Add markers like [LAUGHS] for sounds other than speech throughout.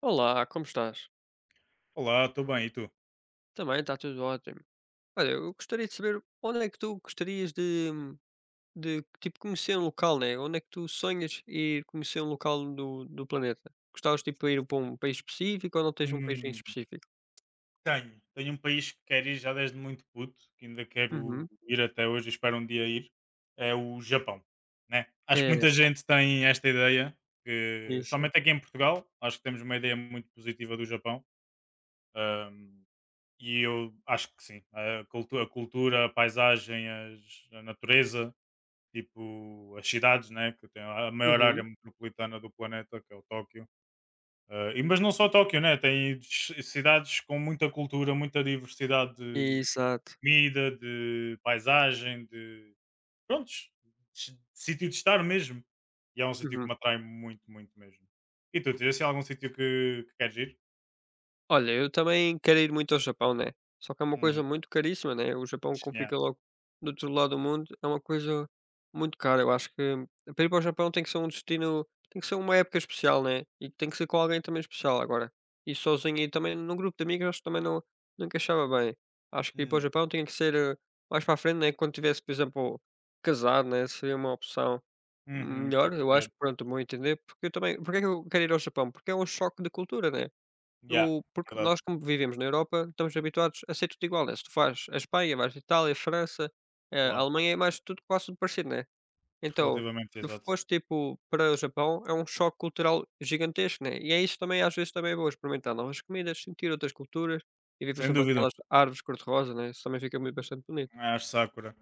Olá, como estás? Olá, estou bem, e tu? Também está tudo ótimo. Olha, eu gostaria de saber onde é que tu gostarias de tipo, conhecer um local, né? Onde é que tu sonhas ir conhecer um local do planeta? Gostavas tipo, de ir para um país específico ou não tens um país em Hum, específico? Tenho. Tenho um país que quero ir já desde muito puto, que ainda quero Uhum. ir até hoje e espero um dia ir. É o Japão, né? Acho que É, muita gente tem esta ideia, que, isso. somente aqui em Portugal, acho que temos uma ideia muito positiva do Japão. hum, e eu acho que sim. A cultura, a paisagem, a natureza, tipo as cidades, né? Que tem a maior área Uhum. metropolitana do planeta, que é o Tóquio. Ah, mas não só Tóquio, né? Tem cidades com muita cultura, muita diversidade de Exato. comida, de paisagem, de. Prontos, de sítio de estar mesmo. E é um sítio que Uhum. me atrai muito, muito mesmo. E tu, tens assim algum sítio que queres ir? Olha, eu também quero ir muito ao Japão, né? Só que é uma coisa Uhum. muito caríssima, né? O Japão, como Yeah. fica logo do outro lado do mundo, é uma coisa muito cara. Eu acho que para ir para o Japão tem que ser um destino, tem que ser uma época especial, né? E tem que ser com alguém também especial agora. E sozinho e também num grupo de amigos, acho que também não, não encaixava bem. Acho que ir para o Hum. Japão tinha que ser mais para a frente, né? Quando tivesse, por exemplo, casado, né? Seria uma opção Uhum, estou a melhor, eu acho, perceber. pronto, bom entender. Porque eu também, porque é que eu quero ir ao Japão? Porque é um choque de cultura, né? Yeah, Eu porque verdade, nós como vivemos na Europa, estamos habituados a ser tudo igual, né, se tu faz a Espanha, vais a Itália, França, a claro. Alemanha é mais tudo quase tudo parecido, né. Então, Relativamente, se exato. fores, tipo, para o Japão, é um choque cultural gigantesco, né, e é isso também às vezes também é bom, experimentar novas comidas, sentir outras culturas, e ver, por Sem exemplo, dúvida. aquelas árvores cor-de-rosa, né, isso também fica muito bastante bonito. Acho Sakura.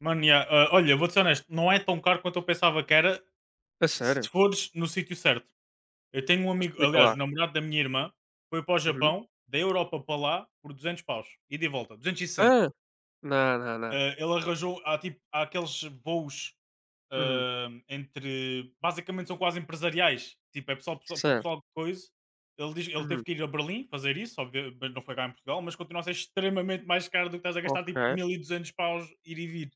Mano, yeah, olha, vou-te ser honesto, não é tão caro quanto eu pensava que era A se sério? fores no sítio certo. Eu tenho um Então amigo, explica aliás, lá. o namorado da minha irmã foi para o Uhum. Japão, da Europa para lá, por 200 paus, e de volta, 260. Ah! Não, não, não. Ele arranjou, há, tipo, há aqueles voos, Uhum. Entre. Basicamente são quase empresariais. Tipo, é pessoal, para Certo. pessoal de coisa. Ele teve Uhum. que ir a Berlim fazer isso, mas não foi cá em Portugal, mas continua a ser extremamente mais caro do que estás a gastar Ok. tipo 1200 paus ir e vir.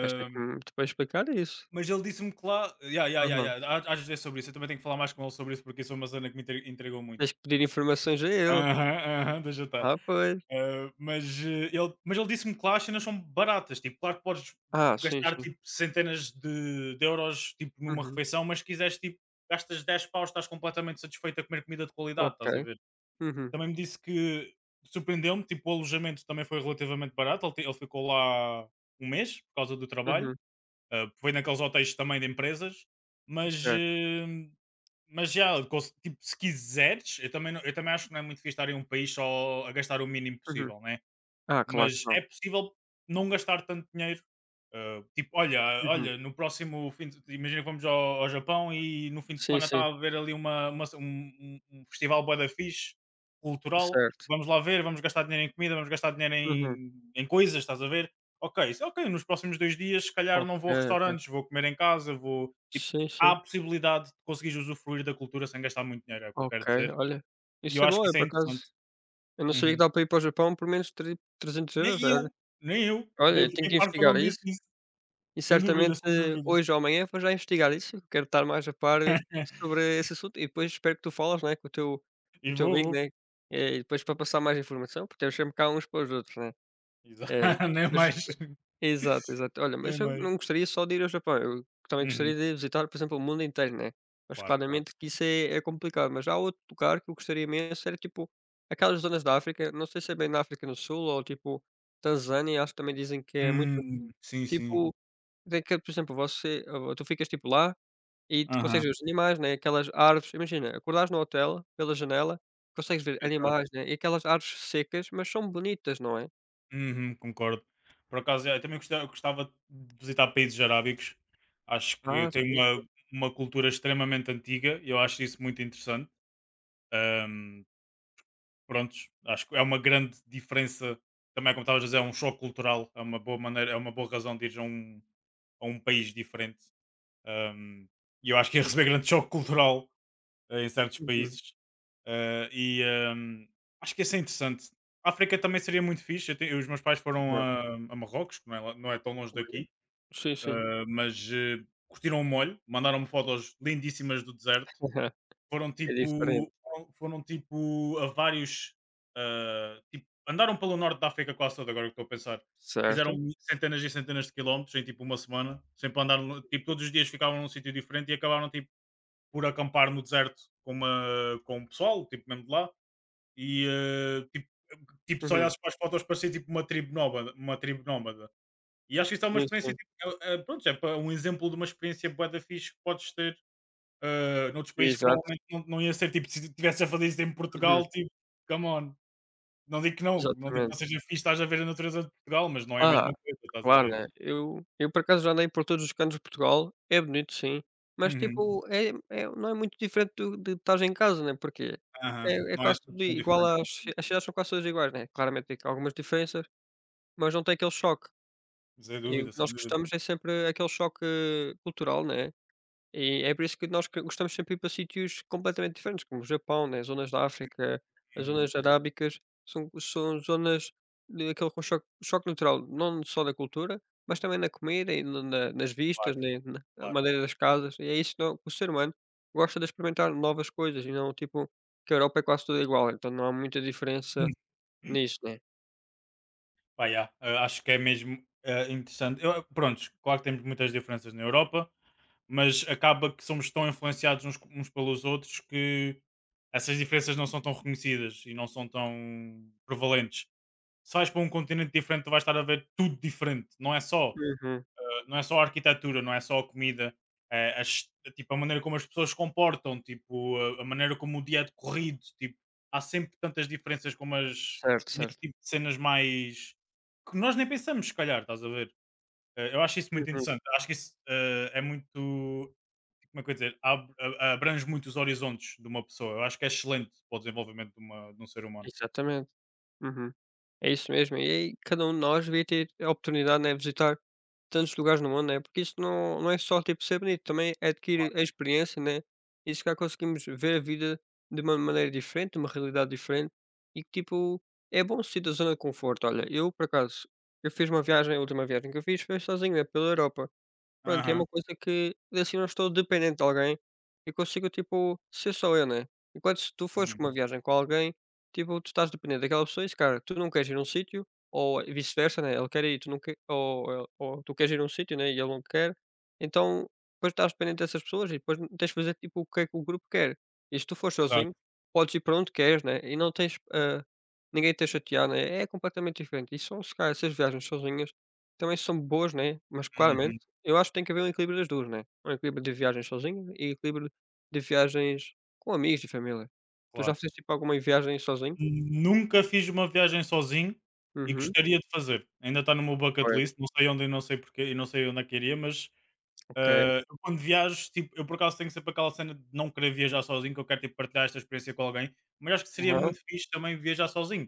Mas tem que me depois explicar isso. mas ele disse-me que lá. Ya, ya, ya, Aham. ya, Há de dizer sobre isso. Eu também tenho que falar mais com ele sobre isso porque isso é uma zona que me intrigou muito. Tens que pedir informações a ele. Aham, aham, do jantar. Ah, pois. Ah, mas, ele disse-me que lá as cenas são baratas, tipo, claro que podes Ah, sim, gastar, sim. tipo, centenas de euros, tipo, numa Uhum. refeição, mas se quiseres, tipo, gastas 10 paus, estás completamente satisfeito a comer comida de qualidade, Ok. estás a ver? Uhum, Também me disse que surpreendeu-me, tipo, o alojamento também foi relativamente barato, ele ficou lá um mês, por causa do trabalho. uhum. Ah, foi naqueles hotéis também de empresas, mas, Certo. Mas já, tipo, se quiseres, eu também, eu também acho que não é muito fixe estar em um país só a gastar o mínimo Uhum. possível, né? Ah, claro que Mas é não. possível não gastar tanto dinheiro. Ah, tipo, olha, Uhum. olha, no próximo fim de imagina que vamos ao Japão e no fim de Sim, semana está sim. a haver ali uma, um festival bué da fixe, cultural. Certo. Vamos lá ver, vamos gastar dinheiro em comida, vamos gastar dinheiro Uhum. em, em coisas, estás a ver? Ok, isso é ok, nos próximos 2 dias, se calhar Ok, não vou a ok. restaurantes, vou comer em casa, vou. Tipo, Sim, há sim. a possibilidade de conseguir usufruir da cultura sem gastar muito dinheiro, é o que eu quero Ok, dizer. olha, E eu isso é acho bom, que eu isso é por acaso interessante. eu não sabia que Uhum. dá para ir para o Japão por menos de trezentos Nem euros olha. eu, nem eu. Olha, Eu eu tenho fiquei que parvo quando ele investigar me isso. disse isso. E Sem dúvida, certamente sem dúvida. hoje ou amanhã vou já investigar isso, eu quero estar mais a par [LAUGHS] sobre esse assunto e depois espero que tu falas, né, com o teu com E o teu vou, amigo, vou. né, e depois para passar mais informação, porque temos sempre cá uns para os outros, né. Exa É, [LAUGHS] nem mas mais. exato, exato. Olha, mas Nem eu mais. não gostaria só de ir ao Japão, eu também Uhum. gostaria de visitar, por exemplo, o mundo inteiro, né, mas Claro, claro. claramente que isso é complicado, mas há outro lugar que eu gostaria imenso era, tipo, aquelas zonas da África, não sei se é bem na África do Sul ou, tipo, Tanzânia, acho que também dizem que é muito Sim, sim. tipo de por exemplo, você ou tu ficas, tipo, lá e tu consegues Aham, ver os animais, né, aquelas árvores imagina, acordares no hotel, pela janela, consegues ver animais, exato. né, e aquelas árvores secas, mas são bonitas, não é? Uhum, concordo. Por acaso, eu também gostava de visitar países arábicos. Acho que Ah, tem sim. uma cultura extremamente antiga e eu acho isso muito interessante. Prontos, acho que é uma grande diferença. Também, como estavas a dizer, é um choque cultural, é uma boa maneira, é uma boa razão de ir a um país diferente. Um, e eu acho que ia receber grande choque cultural em certos Uhum. países. Eh, e um, Acho que isso é interessante. A África também seria muito fixe. Eu os meus pais foram Aham. A Marrocos, que não é, não é tão longe Olha. daqui, Sim, sim. Mas curtiram o molho, mandaram-me fotos lindíssimas do Aham. deserto. [LAUGHS] Foram É diferente. tipo foram foram tipo a vários, tipo andaram pelo norte da África quase todo, agora que estou a pensar. Fizeram Certo. centenas e centenas de quilómetros em tipo uma semana, sempre andaram tipo todos os dias ficavam num sítio diferente e acabaram tipo por acampar no deserto com o pessoal, tipo mesmo de lá, e, tipo tipo se Uhum. olhasses para as fotos parecia tipo uma tribo nómada uma tribo nómada. E acho que isso é uma Sim, experiência sim. tipo, pronto, é pa um exemplo de uma experiência bué da fixe que podes ter, noutros países Exato. provavelmente não, não ia ser, tipo, se estivesse a fazer isso em Uhum. Portugal, tipo, come on. Não digo que não, não digo que Exatamente. não seja fixe, estás a ver a natureza de Portugal, mas não é a Ah, mesma coisa, estás a claro, ver? né. Eu por acaso já andei por todos os cantos de Portugal, é bonito sim, mas Uhum, tipo é não é muito diferente do de estar em casa, né, porque aham. é Não é quase assim tudo tão igual diferente. às ci- Não. as cidades são quase todas iguais, né, claramente tem algumas diferenças, mas não tem aquele choque. Sem E o dúvida, que sem nós dúvida. gostamos é sempre aquele choque cultural, né. E é por isso que nós que gostamos sempre de ir para sítios completamente diferentes, como o Japão, né, zonas da África, as Uhum, zonas arábicas, são zonas daquele com choque natural, não só da cultura, mas também na comida e na na nas claro, vistas, né, na claro. maneira das casas, e é isso que o ser humano gosta de experimentar novas coisas e não tipo que a Europa é quase toda igual, então não há muita Hum. diferença nisso, né. Pá, yeah, acho que é mesmo interessante. Eu, prontos, claro que temos muitas diferenças na Europa, mas acaba que somos tão influenciados uns pelos outros que essas diferenças não são tão reconhecidas e não são tão prevalentes. Se vais para um continente diferente, tu vais estar a ver tudo diferente. Uhum. Não é só a arquitetura, não é só a comida, é, tipo, a maneira como as pessoas se comportam, tipo, a maneira como o dia é decorrido. Tipo, há sempre tantas diferenças como as Certo, nesse certo. tipo de cenas mais que nós nem pensamos, se calhar, estás a ver? Eu acho isso muito Uhum. interessante. Acho que isso é muito. Como é que eu ia dizer? Abrange muito os horizontes de uma pessoa. Eu acho que é excelente para o desenvolvimento de um ser humano. Exatamente. Uhum. É isso mesmo. E aí cada um de nós devia ter a oportunidade, né, de visitar tantos lugares no mundo, né? Porque isso não é só tipo ser bonito, também é adquirir a experiência, né? E se calhar conseguimos ver a vida de uma maneira diferente, de uma realidade diferente, e que tipo, é bom sair da zona de conforto. Olha, eu por acaso, eu fiz uma viagem, a última viagem que eu fiz foi sozinho, né, pela Europa. Pronto, e é uma Aham. coisa que assim não estou dependente de alguém e consigo, tipo, ser só eu, né? Enquanto se tu fores Uhum. com uma viagem com alguém, tipo, tu estás dependente daquela pessoa e se cara, tu não queres ir a um sítio, ou vice-versa, né? Ele quer ir, tu não quer ou, ou tu queres ir a um sítio, né? E ele não quer, então depois estás dependente dessas pessoas e depois tens de fazer tipo o que é que o grupo quer. E se tu fores Exato. sozinho, podes ir para onde queres, né? E não tens, ninguém te a chatear, né? É completamente diferente. E são, se calhar, essas viagens sozinhas também são boas, né? Mas claramente. Uhum. Eu acho que tem que haver um equilíbrio das 2, né. Um equilíbrio de viagens sozinho e equilíbrio de viagens com amigos e família. Tu já Claro. fizeste, tipo, alguma viagem sozinho? Nunca fiz uma viagem sozinho e Uhum. gostaria de fazer. Ainda está no meu bucket Pois, list, não sei onde e não sei porquê e não sei onde é que iria, mas ok. Eu quando viajo, tipo, eu por acaso tenho sempre aquela cena de não querer viajar sozinho, que eu quero tipo, partilhar esta experiência com alguém, mas acho que seria Aham. muito fixe também viajar sozinho,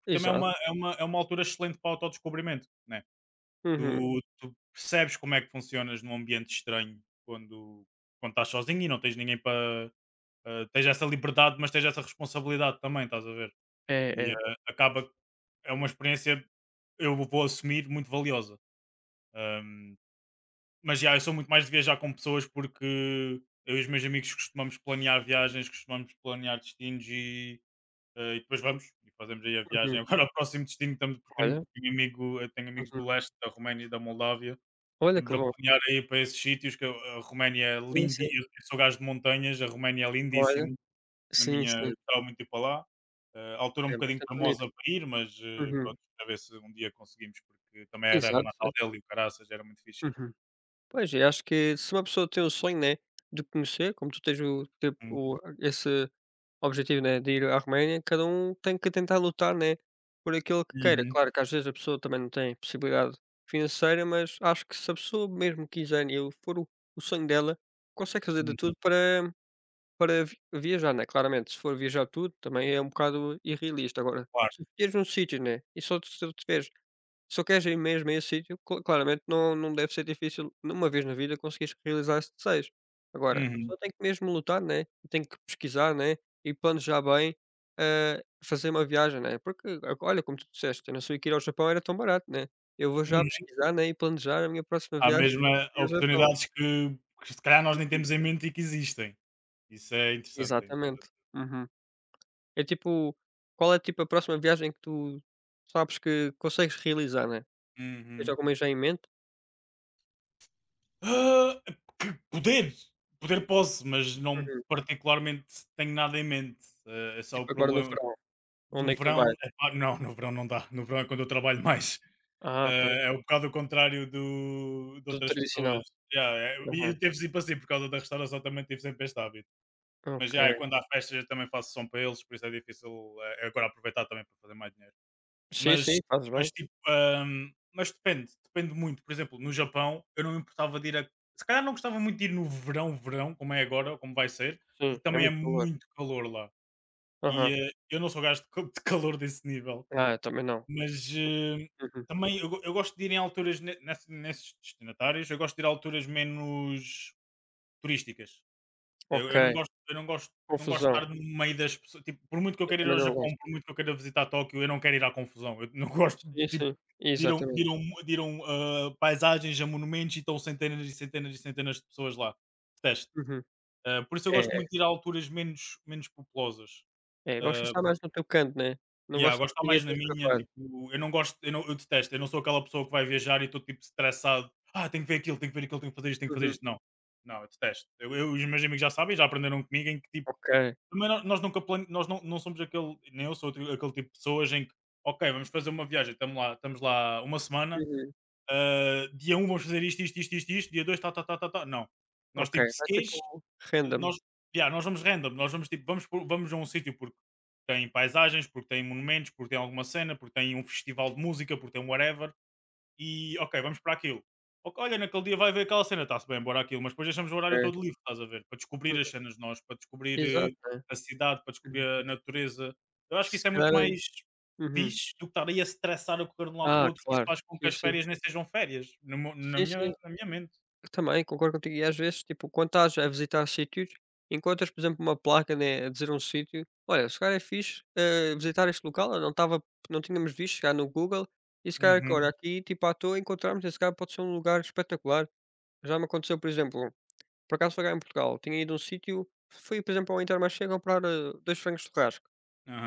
porque também é Exato. uma, é uma altura excelente para o autodescobrimento, né? Uhum. Tu percebes como é que funcionas num ambiente estranho quando, quando estás sozinho e não tens ninguém para. Tens essa liberdade, mas tens essa responsabilidade também, estás a ver? É, E é. Acaba é uma experiência, eu vou assumir, muito valiosa. Ahm, mas já, eu sou muito mais de viajar com pessoas porque eu e os meus amigos costumamos planear viagens, costumamos planear destinos e, e depois vamos e fazemos aí a Uhum. viagem. [LAUGHS] Agora, o próximo destino, estamos, porque Olha. Tenho amigos Uhum. do leste, da Roménia e da Moldávia. Olha que Estamos a bom. planear aí para esses sítios, que a Roménia é Sim, sim. lindíssima. Eu sou gajo de montanhas, a Roménia é Olha. lindíssima na Sim, minha, sim. gostava muito de ir para lá. Altura um É bocadinho bastante bonito. cremosa para ir, mas Uhum. pronto, a ver se um dia conseguimos, porque também é a terra Exato, é. natal dele e o caraças, era muito fixe ir. Uhum. Pois, eu acho que se uma pessoa tem o sonho, né, de conhecer, como tu tens o, teu- Hum. o, esse objetivo, né, de ir à Roménia, cada um tem que tentar lutar, né, por aquilo que queira. Uhum, Claro que às vezes a pessoa também não tem possibilidade financeira, mas acho que se a pessoa mesmo quiser né, e ele for o sonho dela, consegue fazer de tudo uhum, para, viajar, né, claramente. Se for viajar tudo, também é um bocado irrealista. Agora, claro. se tiveres um sítio, né, e só te se eu queres ir mesmo a esse sítio, claramente não deve ser difícil numa vez na vida conseguires realizar esse desejo. Agora, a Uhum, pessoa tem que mesmo lutar, né, tem que pesquisar, né, e planejar bem, fazer uma viagem, né, porque olha, como tu disseste, eu não sabia que ir ao Japão era tão barato, né, eu vou já uhum. pesquisar, né, e planejar a minha próxima Há viagem mesmo ao Japão. oportunidades que se calhar nós nem temos em mente e que existem. Isso é interessante. Exatamente. Uhum. É tipo, qual é tipo a próxima viagem que tu sabes que consegues realizar, né? Tens Uhum. alguma já em mente? Ah, que poder! Poder posso, mas não Uhum. particularmente tenho nada em mente. É só o Tipo agora no problema. verão, onde No é que tu verão, vais? epá, não, no verão não dá. No verão é quando eu trabalho mais. Ah, pois, É um bocado o contrário de do outras tradicional. pessoas. Yeah, é, e Aham, eu tive sempre assim, por causa da restauração, também tive sempre este hábito. Mas já, yeah, ok. quando há festas, eu também faço som para eles, por isso é difícil agora aproveitar também para fazer mais dinheiro. Sim, Mas, sim, fazes mas bem. tipo, mas depende muito. Por exemplo, no Japão, eu não me importava de ir a. Se calhar não gostava muito de ir no verão, verão, como é agora, ou como vai ser, Sim, porque é também é muito calor. muito calor lá. E Aham. Eu não sou gajo de de calor desse nível. Ah, eu também não. Mas Uhum. também eu gosto de ir em alturas nesses destinatários, eu gosto de ir a alturas menos turísticas. Eu, Ok, eu não gosto, eu não gosto, não gosto confusão. de estar no meio das pessoas. Tipo, por muito que eu Eu queira ir também ao não Japão, gosto. por muito que eu queira visitar Tóquio, eu não quero ir à confusão. Eu não [LAUGHS] gosto Sim, de, tipo, sim, exatamente. De ir a um, paisagens, a monumentos e estão centenas e centenas e centenas de pessoas lá. Detesto. Uhum. Ah, por isso eu É, gosto muito de ir a alturas menos, menos populosas. é, é. Gostas de Ah, estar mais no teu canto, né, não yeah, gostas gosto de de estar ninguém mais te na minha, atrapalhar. tipo, eu não gosto, eu, não, eu detesto, eu não sou aquela pessoa que vai viajar e estou tipo estressado, tenho que ver aquilo, tenho que ver aquilo, tenho que fazer isto, tenho que fazer Uhum. isto. Não, não, eu detesto. Os meus amigos já sabem, já aprenderam comigo em que tipo, Ok. também nós nunca plane... nós não, não somos aquele, nem eu sou aquele tipo de pessoas em que, ok, vamos fazer uma viagem, estamos lá uma semana, Uhum. Dia um vamos fazer isto, isto, isto, isto, isto, dia 2 tá, tá, tá, tá, tá. Não. Nós Ok, tipo, se vai tipo queres, random. nós, yeah, nós vamos random, nós vamos tipo, vamos, vamos a um sítio porque tem paisagens, porque tem monumentos, porque tem alguma cena, porque tem um festival de música, porque tem whatever, e ok, vamos para aquilo. Ok, olha, naquele dia vai ver aquela cena, está-se bem, bora aquilo, mas depois deixamos o horário Ok. todo livre, estás a ver? Para descobrir as Uhum. cenas nós, para descobrir Exato, né. a cidade, para descobrir Uhum. a natureza. Eu acho que Se isso é muito calhar. mais Uhum. fixe do que estar aí a stressar a correr de um lado para o Ah, outro, isso claro. faz com que Sim, as sim. férias nem sejam férias, no meu- Sim, sim. na minha mente. Também, concordo contigo. E às vezes, tipo, quando estás a visitar sítios, encontras, por exemplo, uma placa, né, a dizer um sítio, olha, se calhar é fixe visitar este local, eu não estava, não tínhamos visto, chegar no Google, e se calhar, que, Uhum. olha, aqui, tipo, à toa encontramos, esse cara pode ser um lugar espetacular. Já me aconteceu, por exemplo, por acaso foi cá em Portugal, tinha ido a um sítio, fui, por exemplo, ao Intermarché comprar dois frangos de churrasco.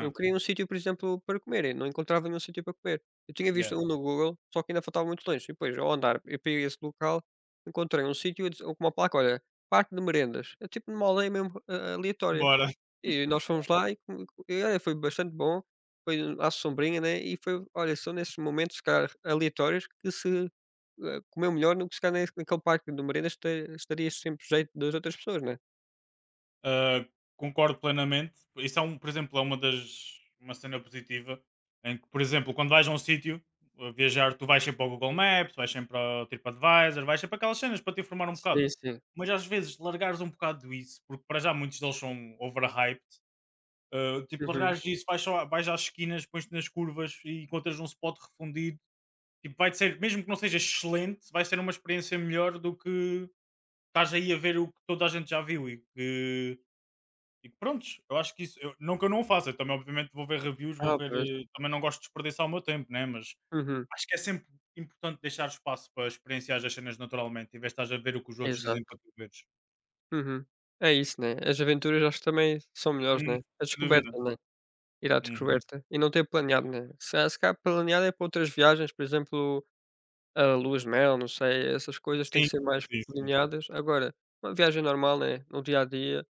Eu queria um sítio, por exemplo, para comer e não encontrava nenhum sítio para comer. Eu tinha visto Yeah. um no Google, só que ainda faltava muito longe. E depois, ao andar eu para esse local, encontrei um sítio a dizer com uma placa, olha, parque de merendas. É tipo numa aldeia mesmo a aleatória. Bora. E nós fomos lá e olha, foi bastante bom, foi à sombrinha, né, e foi olha, são nesses momentos, se calhar, aleatórios que se, comeu melhor do que se calhar nesse naquele parque de merendas estaria sempre jeito das outras pessoas, né? Uh, Concordo plenamente. Isso é um, por exemplo, é uma das uma cena positiva em que, por exemplo, quando vais a um sítio a viajar, tu vais sempre ao Google Maps, vais sempre ao TripAdvisor, vais sempre aquelas cenas para te informar um bocado. Sim, sim. Mas às vezes largares um bocado disso, porque para já muitos deles são overhyped. Tipo, Uhum. largares disso, vais, só, vais às esquinas, pões-te nas curvas e encontras um spot refundido. Tipo, vai ser, mesmo que não seja excelente, vai ser uma experiência melhor do que estás aí a ver o que toda a gente já viu e que e prontos, eu acho que isso, eu, não que eu não faça, eu também obviamente vou ver reviews, vou Ah, ver, pois. Também não gosto de desperdiçar o meu tempo, né? Mas Uhum. acho que é sempre importante deixar espaço para experienciar as cenas naturalmente, em vez de estás a ver o que os outros dizem Exato. para tu veres. Uhum. É isso, né, as aventuras acho que também são melhores, Hum, né, a sem descoberta, dúvida. né, ir à Uhum. descoberta e não ter planeado, né, se há se calhar planeado é para outras viagens, por exemplo, a lua de mel, não sei, essas coisas têm que Sim, ser mais sim, sim. planeadas, agora, uma viagem normal, né, no dia a dia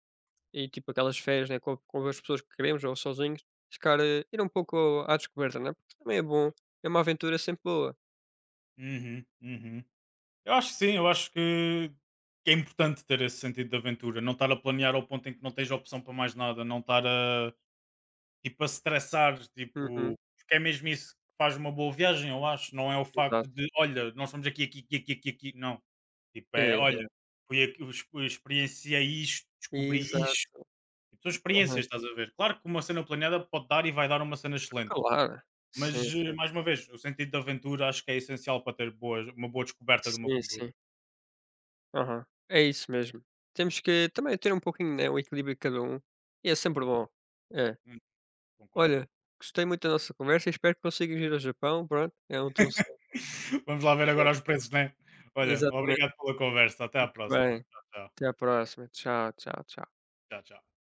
e tipo aquelas férias, né, com as pessoas que queremos ou sozinhos, ficar calhar ir um pouco à descoberta, né, porque também é bom, é uma aventura sempre boa. Uhum, uhum. Eu acho que sim, eu acho que é importante ter esse sentido de aventura, não estar a planear ao ponto em que não tens opção para mais nada, não estar a. Tipo a se traçar, tipo, Uhum, porque é mesmo isso que faz uma boa viagem, eu acho. Não é o facto exato. de, olha, nós somos aqui, aqui, aqui, aqui, aqui, aqui. Não. Tipo, é, É, é. olha, fui aqui, eu experienciei isto, descobri isto. Exato. Tipo, são Aham. experiências, estás a ver? Claro que uma cena planeada pode dar e vai dar uma cena excelente. Claro. Mas, Sim, sim. mais uma vez, o sentido da aventura acho que é essencial para ter uma boa descoberta de uma Sim, cultura. sim. Aham. É isso mesmo. Temos que também ter um pouquinho, né, o equilíbrio de cada um e é sempre Hum, bom. É. hum, concordo. Olha, Concordo. gostei muito da nossa conversa e espero que consigas ir ao Japão, pronto, é um teu sonho. [LAUGHS] Vamos lá ver É, agora os preços, né? Olha, exatamente. obrigado pela conversa. Até à Fique próxima. bem. Tchau, tchau. Até à próxima. Tchau, tchau, tchau. Tchau, tchau.